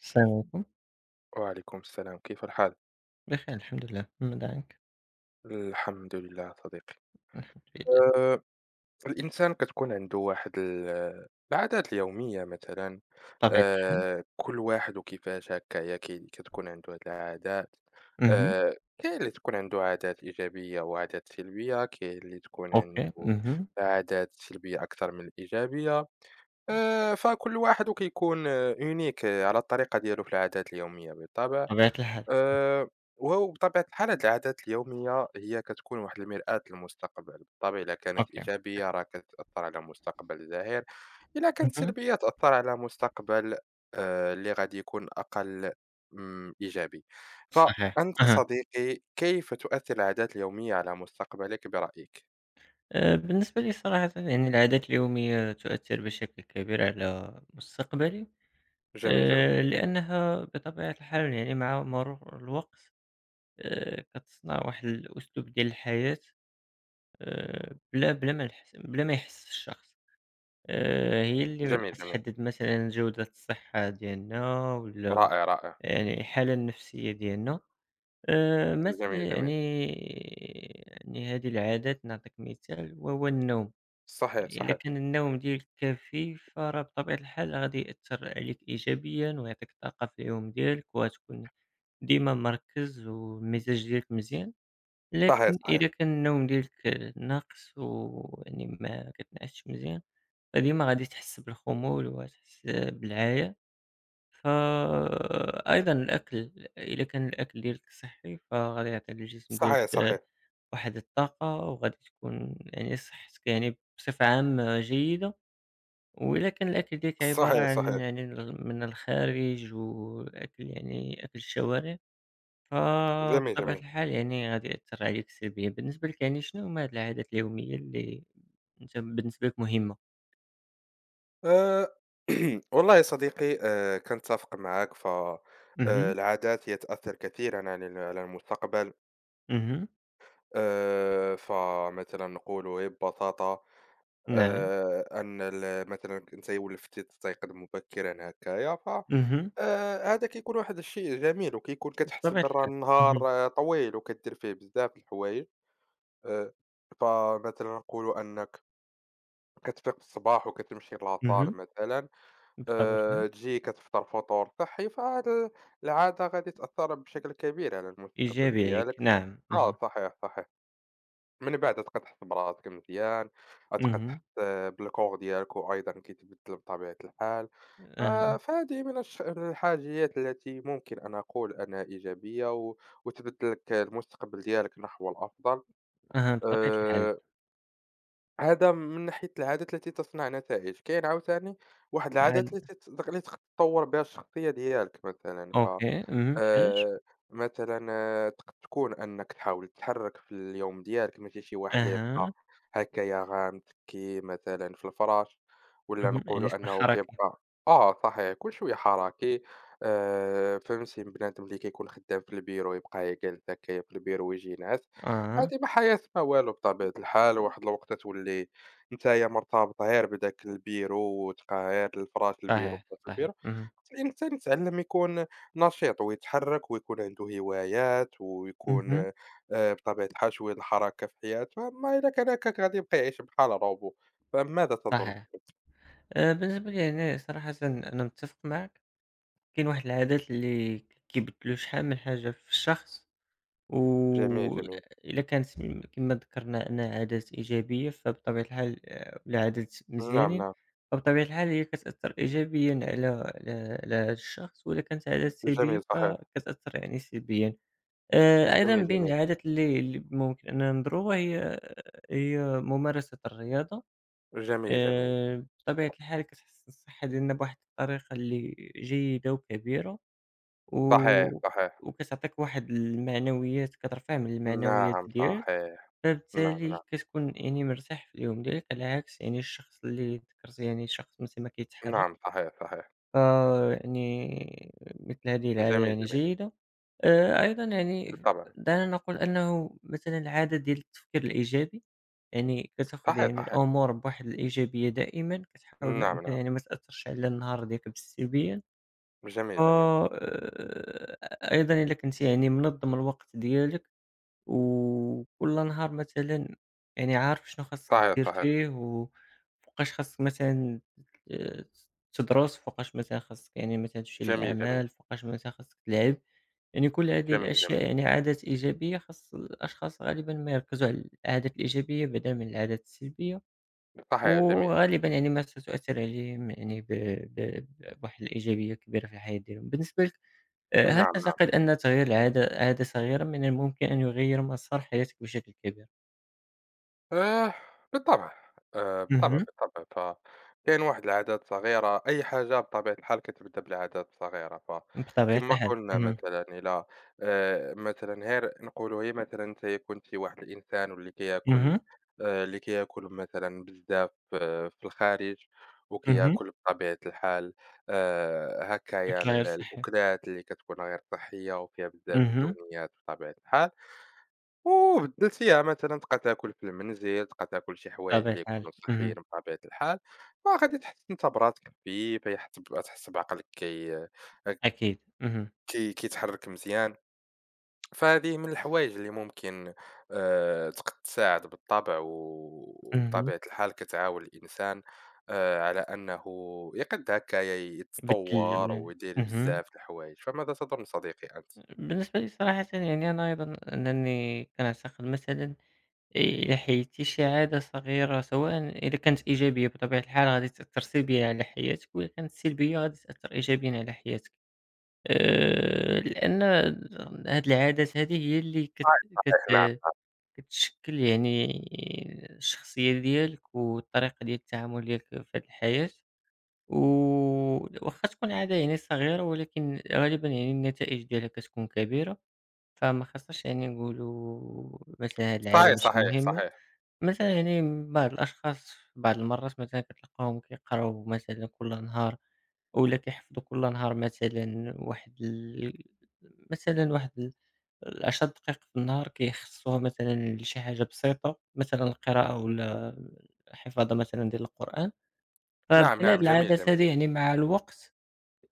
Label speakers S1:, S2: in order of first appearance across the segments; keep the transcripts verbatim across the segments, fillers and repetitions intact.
S1: السلام عليكم.
S2: وعليكم السلام كيف الحال؟
S1: بخير الحمد لله، ما دعاك؟
S2: الحمد لله صديقي.
S1: الحمد لله
S2: آه، الإنسان كتكون عنده واحد ال- العادات اليومية مثلا.
S1: بطبيعتي.
S2: آه، كل واحد وكيفاش هكايا كي- كتكون عنده هاد العادات.
S1: اهم،
S2: آه، كاين اللي تكون عنده عادات إيجابية وعادات سلبية، كاين اللي تكون عنده
S1: أوكي، اهم،
S2: عادات سلبية أكثر من الإيجابية. آه، فكل واحد وكيكون آه، يونيك آه، على الطريقة ديالو في العادات اليومية بالطبع.
S1: بطبيعة الحال،
S2: آآ، وهو بطبيعة الحال هاد العادات اليومية هي كتكون واحد المرآة للمستقبل، بالطبع إلا كانت
S1: أوكي،
S2: إيجابية راه كتأثّر على مستقبل زاهر، إلا كانت
S1: اهم،
S2: سلبية تأثّر على مستقبل آآ، اللي غادي يكون أقل امم، إيجابي.
S1: صحيح،
S2: فأنت
S1: أها.
S2: صديقي كيف تؤثّر العادات اليومية على مستقبلك برأيك؟
S1: آآ بالنسبة لي صراحةً يعني العادات اليومية تؤثّر بشكل كبير على مستقبلي،
S2: جميل، جميل.
S1: آآ لأنها بطبيعة الحال يعني مع مرور الوقت آآ كتصنع واحد الأسلوب ديال الحياة آآ بلا بلا ما نحس بلا ما يحس الشخص، آآ هي اللي
S2: جميل، جميل.
S1: كتحدد مثلًا جودة الصحة ديالنا وال
S2: رائع، رائع.
S1: يعني الحالة النفسية ديالنا. آآ مثل
S2: جميل، جميل.
S1: يعني يعني هذه العادات نعطيك مثال وهو النوم،
S2: صحيح،
S1: إلا
S2: صحيح.
S1: كان النوم ديالك كافي فراه بطبيعة الحال غادي يأثّر عليك إيجابيًا ويعطيك طاقة في اليوم ديالك وغتكون ديما مركّز والمزاج ديالك مزيان،
S2: صحيح،
S1: لكن
S2: صحيح.
S1: إذا كان النوم ديالك ناقص ويعني ما كتنعسش مزيان فديما غادي تحس بالخمول وغتحس بالعافية. فأيضًا الأكل، إذا كان الأكل ديالك صحّي فغادي يعطي للجسم ديالك
S2: صحيح،
S1: آه،
S2: صحيح.
S1: واحد الطاقة وغادي تكون يعني صحتك يعني بصفة عامة جيدة، وإلا كان الأكل ديالك عبارة
S2: صحيح،
S1: عن
S2: صحيح.
S1: يعني ال من الخارج والأكل يعني أكل الشوارع،
S2: جميل،
S1: فبطبيعة
S2: جميل.
S1: الحال يعني غادي يأثّر عليك سلبيًا، بالنسبة لك يعني شنو هما هاد العادات اليومية اللي أنت بالنسبة لك مهمة؟
S2: آآ والله يا صديقي، آآ كنتفق معاك ف آآ
S1: اهم،
S2: العادات هي تأثّر كثيرًا عن ال على المستقبل.
S1: اهم،
S2: آآ فمثلًا نقولوا ببساطة
S1: نعم،
S2: آآ أن ال مثلًا أنت ولفتِ تستيقظ مبكرًا هكايا ف.
S1: اهم،
S2: آآ هذا كيكون واحد الشيء جميل، وكيكون كتحس
S1: بطبيعة
S2: برا
S1: الحال، اهم،
S2: النهار آه، طويل وكدير فيه بزاف الحوايج. آآ فمثلًا نقولوا أنك كتفيق في الصباح وكتمشي للاصال
S1: اهم،
S2: مثلًا.
S1: بطبيعة
S2: آآ،
S1: الحال.
S2: تجي كتفطر فطور صحّي، فهاد ال العادة غادي تأثّر بشكل كبير على المستقبل
S1: إيجابي عليكِ،
S2: ديالك.
S1: نعم، اهم،
S2: آه صحيح، صحيح. من بعد غتبقى تحس براسك مزيان، غتبقى
S1: اهم،
S2: تحس آه، بالكور ديالك وأيضًا كيتبدّل بطبيعة الحال. آآ،
S1: أها،
S2: فهذه من الش الحاجيات التي ممكن أن أقول أنها إيجابية و وتبدّل لك المستقبل ديالك نحو الأفضل.
S1: أها، بطبيعة الحال
S2: آآ عادة من ناحية العادات التي تصنع نتائج، كاين عاوتاني واحد العادات
S1: عاد
S2: التي تت اللي تقد تطور بها الشخصية ديالك مثلًا ف.
S1: أوكي، اهم، بحالاش؟
S2: آآ، مثلًا آه، تقد تكون أنك تحاول تتحرك في اليوم ديالك، ماشي شي واحد اللي
S1: أها،
S2: يبقى هكايا غامض كي مثلًا في الفراش ولا
S1: اهم، يعني
S2: نقولوا
S1: تكون
S2: أنه
S1: حركي،
S2: كيبقى. آه صحيح، كل شوية حركي. آآ، فهمتي بنادم اللي كيكون خدام في البيرو يبقى جالس هكايا في البيرو ويجي ينعس.
S1: آه،
S2: هادي ما حياة ما والو بطبيعة الحال، واحد الوقيته تولي نتايا مرتبطة غير بداك البيرو، وتبقى غير الفراش البيرو
S1: صحيح،
S2: فراش
S1: صحيح،
S2: البيرو.
S1: اهم،
S2: خص الإنسان يتعلم يكون نشيط ويتحرك ويكون عنده هوايات ويكون
S1: اهم،
S2: آآ بطبيعة الحال شوية د الحركة في حياته، أما إلا كان هكاك غادي يبقى يعيش بحال روبو. فماذا تظن؟
S1: صحيح. آآ، بالنسبة لي أنا صراحةً أنا متّفق معك، كاين واحد العادات اللي ما كيبدلو شحال من حاجة في الشخص
S2: جميل، جميل.
S1: وإلا كانت م- كما ذكرنا أنها عادات إيجابية فبطبيعة الحال آآ ولا عادات
S2: نعم،
S1: مزيانين،
S2: نعم.
S1: فبطبيعة الحال هي كتأثّر إيجابيًا على على على هذا الشخص، وإلا كانت عادات سلبية
S2: جميل صحيح.
S1: فكتأثّر يعني سلبيًا. آآ أيضًا
S2: جميل،
S1: بين
S2: جميل.
S1: العادات اللي اللي ممكن أننا نضروها هي هي ممارسة الرياضة،
S2: جميل، جميل.
S1: آآ بطبيعة الحال كتحسّن الصحة ديالنا بواحد الطريقة اللي جيدة وكبيرة. و
S2: صحيح، صحيح.
S1: وكتعطيك واحد المعنويات كترفع من المعنويات
S2: نعم
S1: ديالك،
S2: صحيح. نعم،
S1: فبالتالي
S2: نعم.
S1: كتكون يعني مرتاح في اليوم ديالك، على عكس يعني الشخص اللي ذكرتي يعني شخص مثل ما كيتحرك،
S2: نعم صحيح، صحيح.
S1: فيعني مثل هذه العادة
S2: جميل،
S1: يعني
S2: جميل.
S1: جيدة. آآ أيضًا يعني
S2: بالطبع.
S1: دعنا نقول أنه مثلًا العادة ديال التفكير الإيجابي، يعني كتاخذ
S2: صحيح،
S1: يعني
S2: صحيح.
S1: الأمور بواحد الإيجابية دائمًا، كتحاول ما
S2: نعم،
S1: أمكن
S2: نعم.
S1: يعني ما تأثّرش على النهار ديالك بالسلبية.
S2: جميل، جميل.
S1: آه، آآ أيضًا إلا كنت يعني منظّم الوقت ديالك، وكل نهار مثلًا يعني عارف شنو خاصك
S2: صحيح،
S1: دير
S2: صحيح.
S1: فيه، وفوقاش خاصك مثلًا آآ تدرس، فوقاش مثلًا خاصك يعني مثلًا تمشي
S2: جميل، جميل.
S1: للعمل، فوقاش مثلًا خاصك تلعب، يعني كل هذه
S2: جميل، جميل.
S1: الأشياء يعني عادات إيجابية خاص الأشخاص غالبًا ما يركزوا على العادات الإيجابية بدلًا من العادات السلبية،
S2: صحيح، جميل.
S1: وغالبًا يعني ما ستؤثر عليهم يعني ب ب بواحد الإيجابية كبيرة في الحياة ديالهم. بالنسبة ل آآ
S2: نعم،
S1: هل تعتقد
S2: نعم.
S1: أن تغيير العادة عادة صغيرة من الممكن أن يغير مسار حياتك بشكل كبير؟
S2: آآ بالطبع. آآ بالطبع،
S1: اهم.
S2: بالطبع. فكاين واحد العادات صغيرة، أي حاجة بطبيعة الحال كتبدا بالعادات صغيرة،
S1: بطبيعة
S2: فكما
S1: الحال.
S2: قلنا
S1: اهم.
S2: مثلًا إلى. آآ مثلًا غير نقولوا غير مثلًا أنت كنت واحد الإنسان واللي كياكل،
S1: اهم.
S2: آآ اللي كياكل مثلًا بزاف آه في الخارج،
S1: اهم.
S2: وكياكل بطبيعة الحال آآ هكايا
S1: أكل غير
S2: ال
S1: صحي.
S2: الأكلات اللي كتكون غير صحية وفيها بزاف
S1: اهم.
S2: الدهنيات بطبيعة الحال. وبدلت فيها مثلًا تبقى تاكل في المنزل، تبقى تاكل شي حوايج
S1: بطبيعة
S2: اللي
S1: الحال.
S2: يكونوا صحيين
S1: اهم.
S2: بطبيعة الحال، وغادي تحس أنت براسك خفيف. يحت تحس بعقلك كي
S1: أكيد. اهم.
S2: كي كيتحرك مزيان. فهذه من الحوايج اللي ممكن آآ تق تساعد بالطبع، و
S1: اهم.
S2: وبطبيعة الحال كتعاون الإنسان آآ على أنه يقد هكايا يتطور
S1: بدل
S2: ويدير
S1: اهم.
S2: بزاف د الحوايج. فماذا تظن صديقي أنت؟
S1: بالنسبة لي صراحةً يعني أنا أيضًا أنني كأعتقد مثلًا إلى حيّزتي شي عادة صغيرة سواء إذا كانت إيجابية بطبيعة الحال غادي تأثّر سلبيًا على حياتك وإذا كانت سلبية غادي تأثّر إيجابيًا على حياتك. آآ، لأن هاد العادات هذه هي اللي كت كت
S2: صحيح، نعم.
S1: كتشكِّل يعني الشخصية ديالك والطريقة ديال التعامل ديالك في هاد الحياة، و واخا تكون عادة يعني صغيرة ولكن غالبًا يعني النتائج ديالها كتكون كبيرة، فما خاصناش يعني نقولوا مثلًا هاد العادة
S2: صحيح،
S1: ماشي
S2: صحيح،
S1: مهمة،
S2: صحيح.
S1: مثلًا يعني بعض الأشخاص بعض المرات مثلًا كتلقاهم كيقراو مثلًا كل نهار ولا كيحفظوا كل نهار مثلًا واحد ال مثلًا واحد ال 10 دقايق في النهار كيخصوها مثلًا لشي حاجة بسيطة، مثلًا القراءة ولا الحفاظة مثلًا ديال القرآن،
S2: نعم،
S1: فبحال هاد
S2: نعم. جميل،
S1: العادات
S2: جميل.
S1: هادي يعني مع الوقت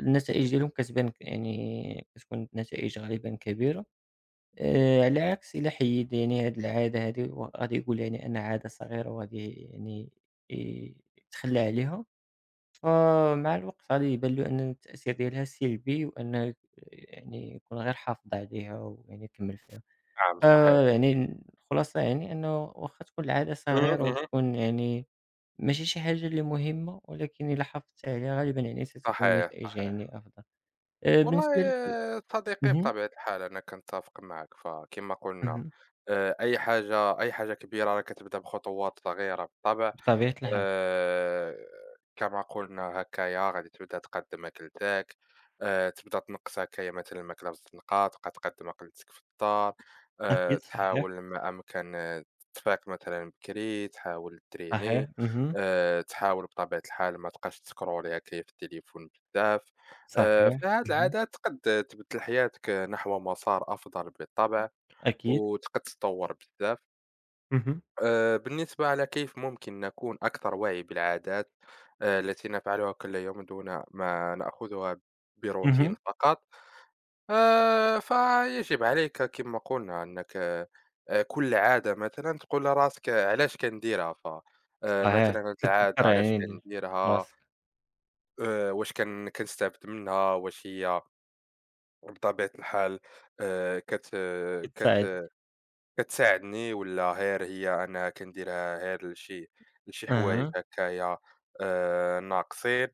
S1: النتائج ديالهم كتبان ك يعني كتكون نتائج غالبًا كبيرة، آآ على عكس إلا حيد يعني هاد العادة هادي وغادي يقول يعني أنها عادة صغيرة وغادي يعني ي يتخلى عليها. فمع الوقت غادي يبان له أن التأثير ديالها سلبي وأنه يعني يكون غير حافظ عليها ويعني يكمّل فيها.
S2: نعم، صحيح.
S1: فيعني الخلاصة يعني أنه واخا تكون العادة
S2: اهم،
S1: صغيرة
S2: اهم.
S1: وتكون يعني ماشي شي حاجة اللي مهمة، ولكن إلا حافظت عليها غالبًا يعني ستكون
S2: صحيح،
S1: نتائجها
S2: صحيح.
S1: يعني أفضل. آآ
S2: والله
S1: بالنسبة لك
S2: آه، صديقي،
S1: اهم،
S2: بطبيعة الحال أنا كنتّفق معك، فكما قلنا
S1: اهم،
S2: آآ أي حاجة، أي حاجة كبيرة راه كتبدا بخطوات صغيرة بالطبع.
S1: بطبيعة الحال.
S2: آآ كما قُلنا هكايا غادي تبدا تقدّم أكلتك، آآ تبدا تنقّص هكايا مثلًا الماكلة في الطنقة، تبقى تقدّم أكلتك في الدار. آآ
S1: أكيد صحيح،
S2: تحاول ما أمكن تفيق مثلًا بكري، تحاول
S1: صحيح،
S2: تريني.
S1: اهم،
S2: آآ تحاول بطبيعة الحال ما تبقاش تسكرولي هكايا في التليفون بزاف. آآ
S1: صحيح،
S2: فهاد
S1: اهم،
S2: العادات قد تبدّل حياتك نحو مسار أفضل بالطبع،
S1: أكيد،
S2: وت قد تطوّر بزاف.
S1: اهم،
S2: آه، بالنسبة على كيف ممكن نكون أكثر وعي بالعادات آه، التي نفعلها كل يوم دون ما نأخذها بروتين
S1: اهم،
S2: فقط. آه، فيجب عليك كما قلنا أنك آه، آه، كل عادة مثلا تقول لراسك آه، علاش كنديرها ف. آه،
S1: صحيح.
S2: مثلا هاد العادة
S1: كتذكّر
S2: علاش
S1: يعني ال
S2: كنديرها،
S1: راسك،
S2: آه، واش كن- كنستافد منها، واش هي بطبيعة الحال آه، كت
S1: كتساعد.
S2: كت كتساعدني، ولا غير هي أنا كنديرها غير لشي لشي حوايج
S1: أها،
S2: هكايا آه، ناقصين.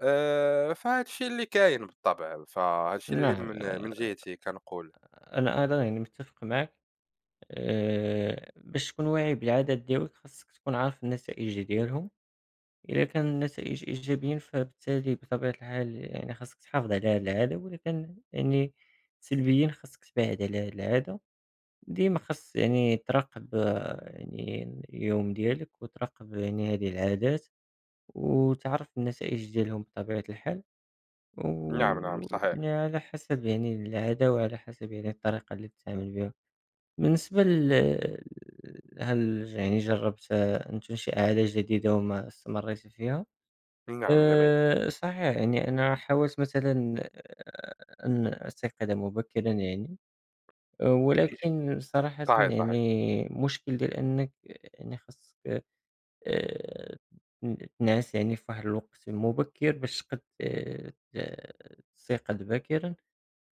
S2: آه، فهاد الشي اللي كاين بالطبع، فهاد الشي اللي
S1: نعم،
S2: من
S1: آه،
S2: من جهتي كنقول.
S1: أنا أيضًا يعني متّفق معك آآ، باش تكون واعي بالعادات ديالك خاصك تكون عارف النتائج ديالهم، إلا كان النتائج إيجابيين فبالتالي بطبيعة الحال يعني خاصك تحافظ على هاد العادة، وإلا كان يعني سلبيين خاصك تبعد على هاد العادة، ديما خاص يعني تراقب آه، يعني اليوم ديالك وتراقب يعني هذه العادات، وتعرف النتائج ديالهم بطبيعة الحال. و
S2: نعم، نعم، صحيح.
S1: يعني على حسب يعني العادة وعلى حسب يعني الطريقة اللي تتعامل بها. بالنسبة ل هل يعني جرّبت أن تنشئ عادة جديدة وما استمريت فيها؟
S2: نعم، جميل.
S1: آآ صحيح، يعني أنا حاولت مثلًا آآ أن أستيقظ مبكرًا يعني، أه، ولكن صراحةً
S2: صحيح، صحيح.
S1: يعني المشكل ديال أنك يعني خاصك آآ ت تنعس يعني في واحد الوقت مبكر باش تقد آآ ت تستيقظ باكرًا.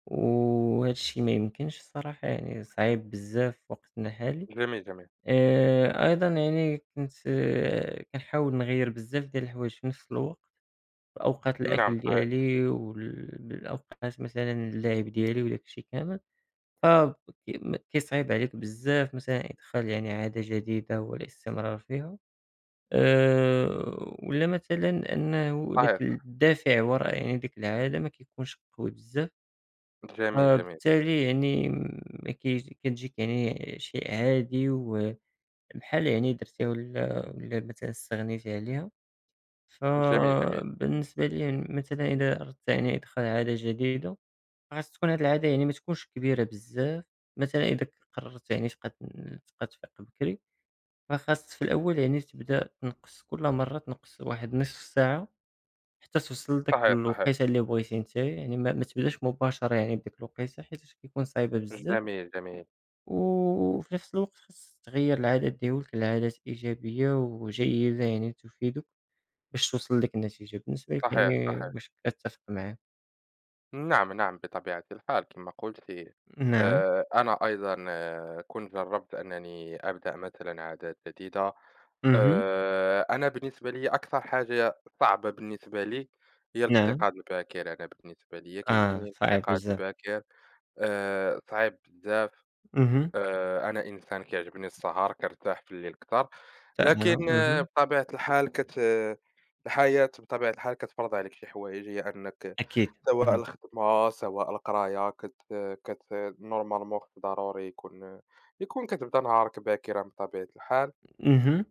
S1: وهذا الشيء ما يمكنش الصراحة يعني صعيب بزاف في وقتنا الحالي.
S2: جميل، جميل.
S1: آآ أيضًا يعني كنت آه، كنحاول نغيّر بزاف ديال الحوايج في نفس الوقت، في أوقات
S2: نعم،
S1: الأكل
S2: صحيح،
S1: ديالي وال بالأوقات مثلًا اللعب ديالي وداك الشيء كامل، ف م كيصعيب عليك بزاف مثلًا إدخال يعني عادة جديدة والاستمرار فيها، آآ ولا مثلًا أنه داك
S2: صحيح.
S1: الدافع وراء يعني ديك العادة ما كيكونش قوي بزاف.
S2: جميل، جميل.
S1: فبالتالي يعني م كي كتجيك يعني شيء عادي وبحالها يعني درتيها ولا ولا مثلًا استغنيتي عليها،
S2: جميل، جميل.
S1: فبالنسبة لي يعني مثلًا إذا أردت يعني إدخال عادة جديدة، خاص تكون هاد العادة يعني ما تكونش كبيرة بزاف، مثلًا إذا ك قررت يعني تبقى تن تبقى تفيق بكري، فخاص في الأول يعني تبدأ تنقّص كل مرة تنقّص واحد نصف ساعة حتى توصل لذاك
S2: صحيح، صحيح.
S1: الوقيتة اللي بغيتي نتايا، يعني ما ما تبداش مباشرة يعني بديك الوقيتة حيتاش كيكون صعيبة بزاف.
S2: جميل، جميل.
S1: وفي نفس الوقت خاص تغيّر العادات ديّولك لعادات إيجابية وجيدة يعني تفيدك باش توصل لك النتيجة، بالنسبة لك يعني
S2: صحيح، صحيح.
S1: واش كاتفق معاه؟
S2: نعم، نعم. بطبيعة الحال كما قلتِ،
S1: نعم،
S2: آآ، أنا أيضًا آه، كنت جرّبت أنني أبدأ مثلًا عادات جديدة.
S1: اهم،
S2: آآ، أنا بالنسبة لي أكثر حاجة صعبة بالنسبة لي هي
S1: نعم،
S2: الاستيقاظ الباكر. أنا بالنسبة ليَ
S1: آه
S2: كيجيني
S1: صعيب
S2: الاستيقاظ
S1: بزاف،
S2: الباكر آآ، صعيب بزاف.
S1: اهم،
S2: آآ، أنا إنسان كيعجبني السهر، كارتاح في الليل كتر،
S1: فعلًا،
S2: لكن آه،
S1: اهم،
S2: بطبيعة الحال كت آه، الحياة بطبيعة الحال كتفرض عليك شي حوايج، هي أنك
S1: أكيد،
S2: سواء
S1: اهم،
S2: الخدمة، سواء القراية، كت آه، كت normalement خص ضروري يكون آه، يكون كتبدا نهارك باكرًا بطبيعة الحال.
S1: اهم،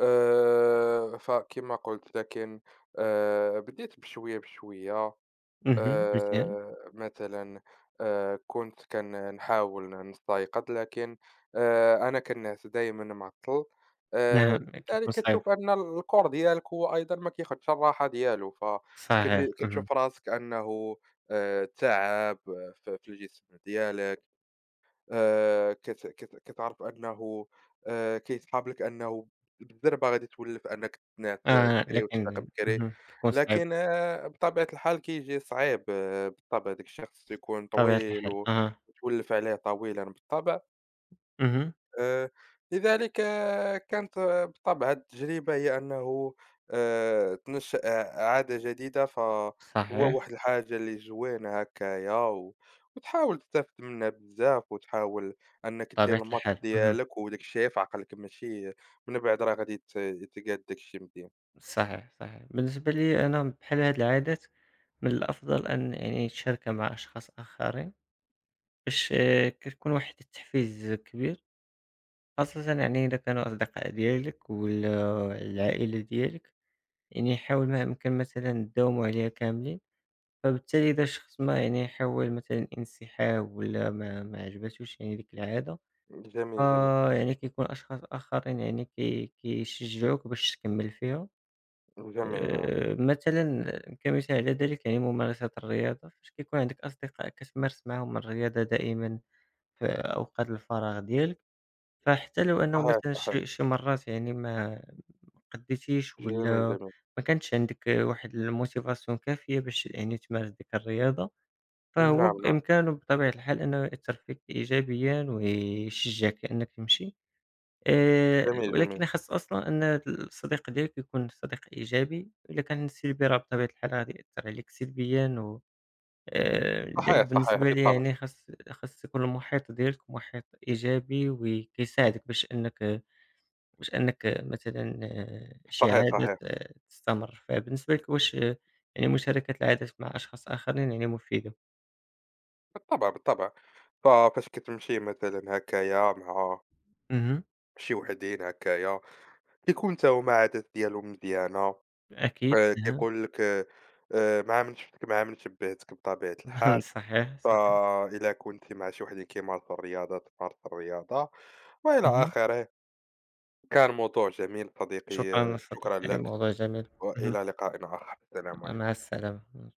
S2: آآ، فكما قلت لكن آآ، بديت بشوية بشوية.
S1: اهم، مزيان،
S2: آآ مثلًا آآ كنت كان نحاول نستيقظ، لكن آآ أنا كنعس دايمًا معطّل. آآ
S1: نعم
S2: لذلك
S1: كيكون صعيب،
S2: كتشوف أن الكور ديالك هو أيضًا ما كياخدش الراحة ديالو، فكتجي
S1: صحيح، اهم،
S2: كتشوف راسك أنه آآ تعب في في الجسم ديالك. آآ كت كت كتعرف أنه آآ كيتحاب لك أنه بالضربة غادي تولّف أنك تنعس
S1: آه
S2: بكري وتفيق
S1: لكن
S2: بكري،
S1: اهم، كيكون صعيب
S2: لكن آآ بطبيعة الحال كيجي صعيب. آه، بالطبع داك الشيء خصو يكون
S1: بطبيعة
S2: طويل
S1: الحال،
S2: و
S1: أها،
S2: وتولّف عليه طويلًا بالطبع.
S1: اهم،
S2: آآ، لذلك آه، كانت آه، بالطبع هذه التجربة هي أنه آآ، تنشأ عادة جديدة، فهو
S1: صحيح،
S2: واحد الحاجة اللي جوينة هكايا و وتحاول تستافد منها بزاف، وتحاول أنك دير
S1: بطبيعة
S2: الماكس
S1: الحال، اهم،
S2: ديالك وداك الشي يعي في عقلك، ماشي من بعد راه غادي يت يتقاد داك الشي مزيان.
S1: صحيح، صحيح، بالنسبة لي أنا بحال هاد العادات من الأفضل أن يعني تشاركها مع أشخاص آخرين باش آه، كتكون واحد التحفيز كبير، خاصةً يعني إذا كانوا أصدقاء ديالك ولا العائلة ديالك، يعني حاول ما أمكن مثلًا تداوموا عليها كاملين، فبالتالي إذا شخص ما يعني حاول مثلًا انسحاب ولا ما ما عجباتوش يعني ديك العادة،
S2: جميل، جميل.
S1: فيعني كيكون أشخاص آخرين يعني كي كيشجعوك باش تكمل فيها.
S2: جميل، نعم.
S1: آآ مثلًا كمثال على ذلك يعني ممارسة الرياضة، فاش كيكون عندك أصدقاء كتمارس معاهم الرياضة دائمًا في أوقات الفراغ ديالك، فحتى لو أنه
S2: صحيح،
S1: مثلًا
S2: صحيح.
S1: شي شي مرات يعني ما قدّيتيش
S2: جميل،
S1: والّا
S2: جميل.
S1: ما كانتش عندك آه، واحد الmotivation كافية باش يعني تمارس ديك الرياضة، فهو
S2: نعم، نعم.
S1: بإمكانه بطبيعة الحال أنه يأثّر فيك إيجابيًا ويشجّعك أنك تمشي. آآ
S2: جميل، جميل.
S1: ولكن خاص أصلًا أن الصديق ديالك يكون صديق إيجابي، إلا كان سلبي راه بطبيعة الحال غادي يأثّر عليك سلبيًا و آآ لذلك
S2: صحيح، صحيح.
S1: بالنسبة لي
S2: بالطبع.
S1: يعني خاص خاص يكون المحيط ديالك محيط إيجابي وكيساعدك باش أنك باش أنك مثلًا آه، شي
S2: صحيح،
S1: عادة
S2: صحيح.
S1: ت تستمر. فبالنسبة لك واش آه، يعني مشاركة العادات مع أشخاص آخرين يعني مفيدة؟
S2: بالطبع، بالطبع. ففاش كتمشي مثلًا هكايا مع
S1: اهم،
S2: شي وحدين هكايا، كيكون حتى هو ما عادات ديالهم مزيانة.
S1: أكيد،
S2: آآ
S1: أها،
S2: كيقول لك آآ مع من شفتك مع من شبّهتك بطبيعة الحال.
S1: صحيح، صحيح.
S2: فإلا كنتِ مع شي وحدين كيمارسوا الرياضة تمارس الرياضة، وإلى
S1: اهم،
S2: آخره. كان موضوع جميل صديقي،
S1: شكرًا
S2: آه، شكرًا
S1: صديقي،
S2: لك،
S1: موضوع جميل. اهم.
S2: وإلى لقاء آخر، السلام
S1: مع
S2: عليكم.
S1: السلامة.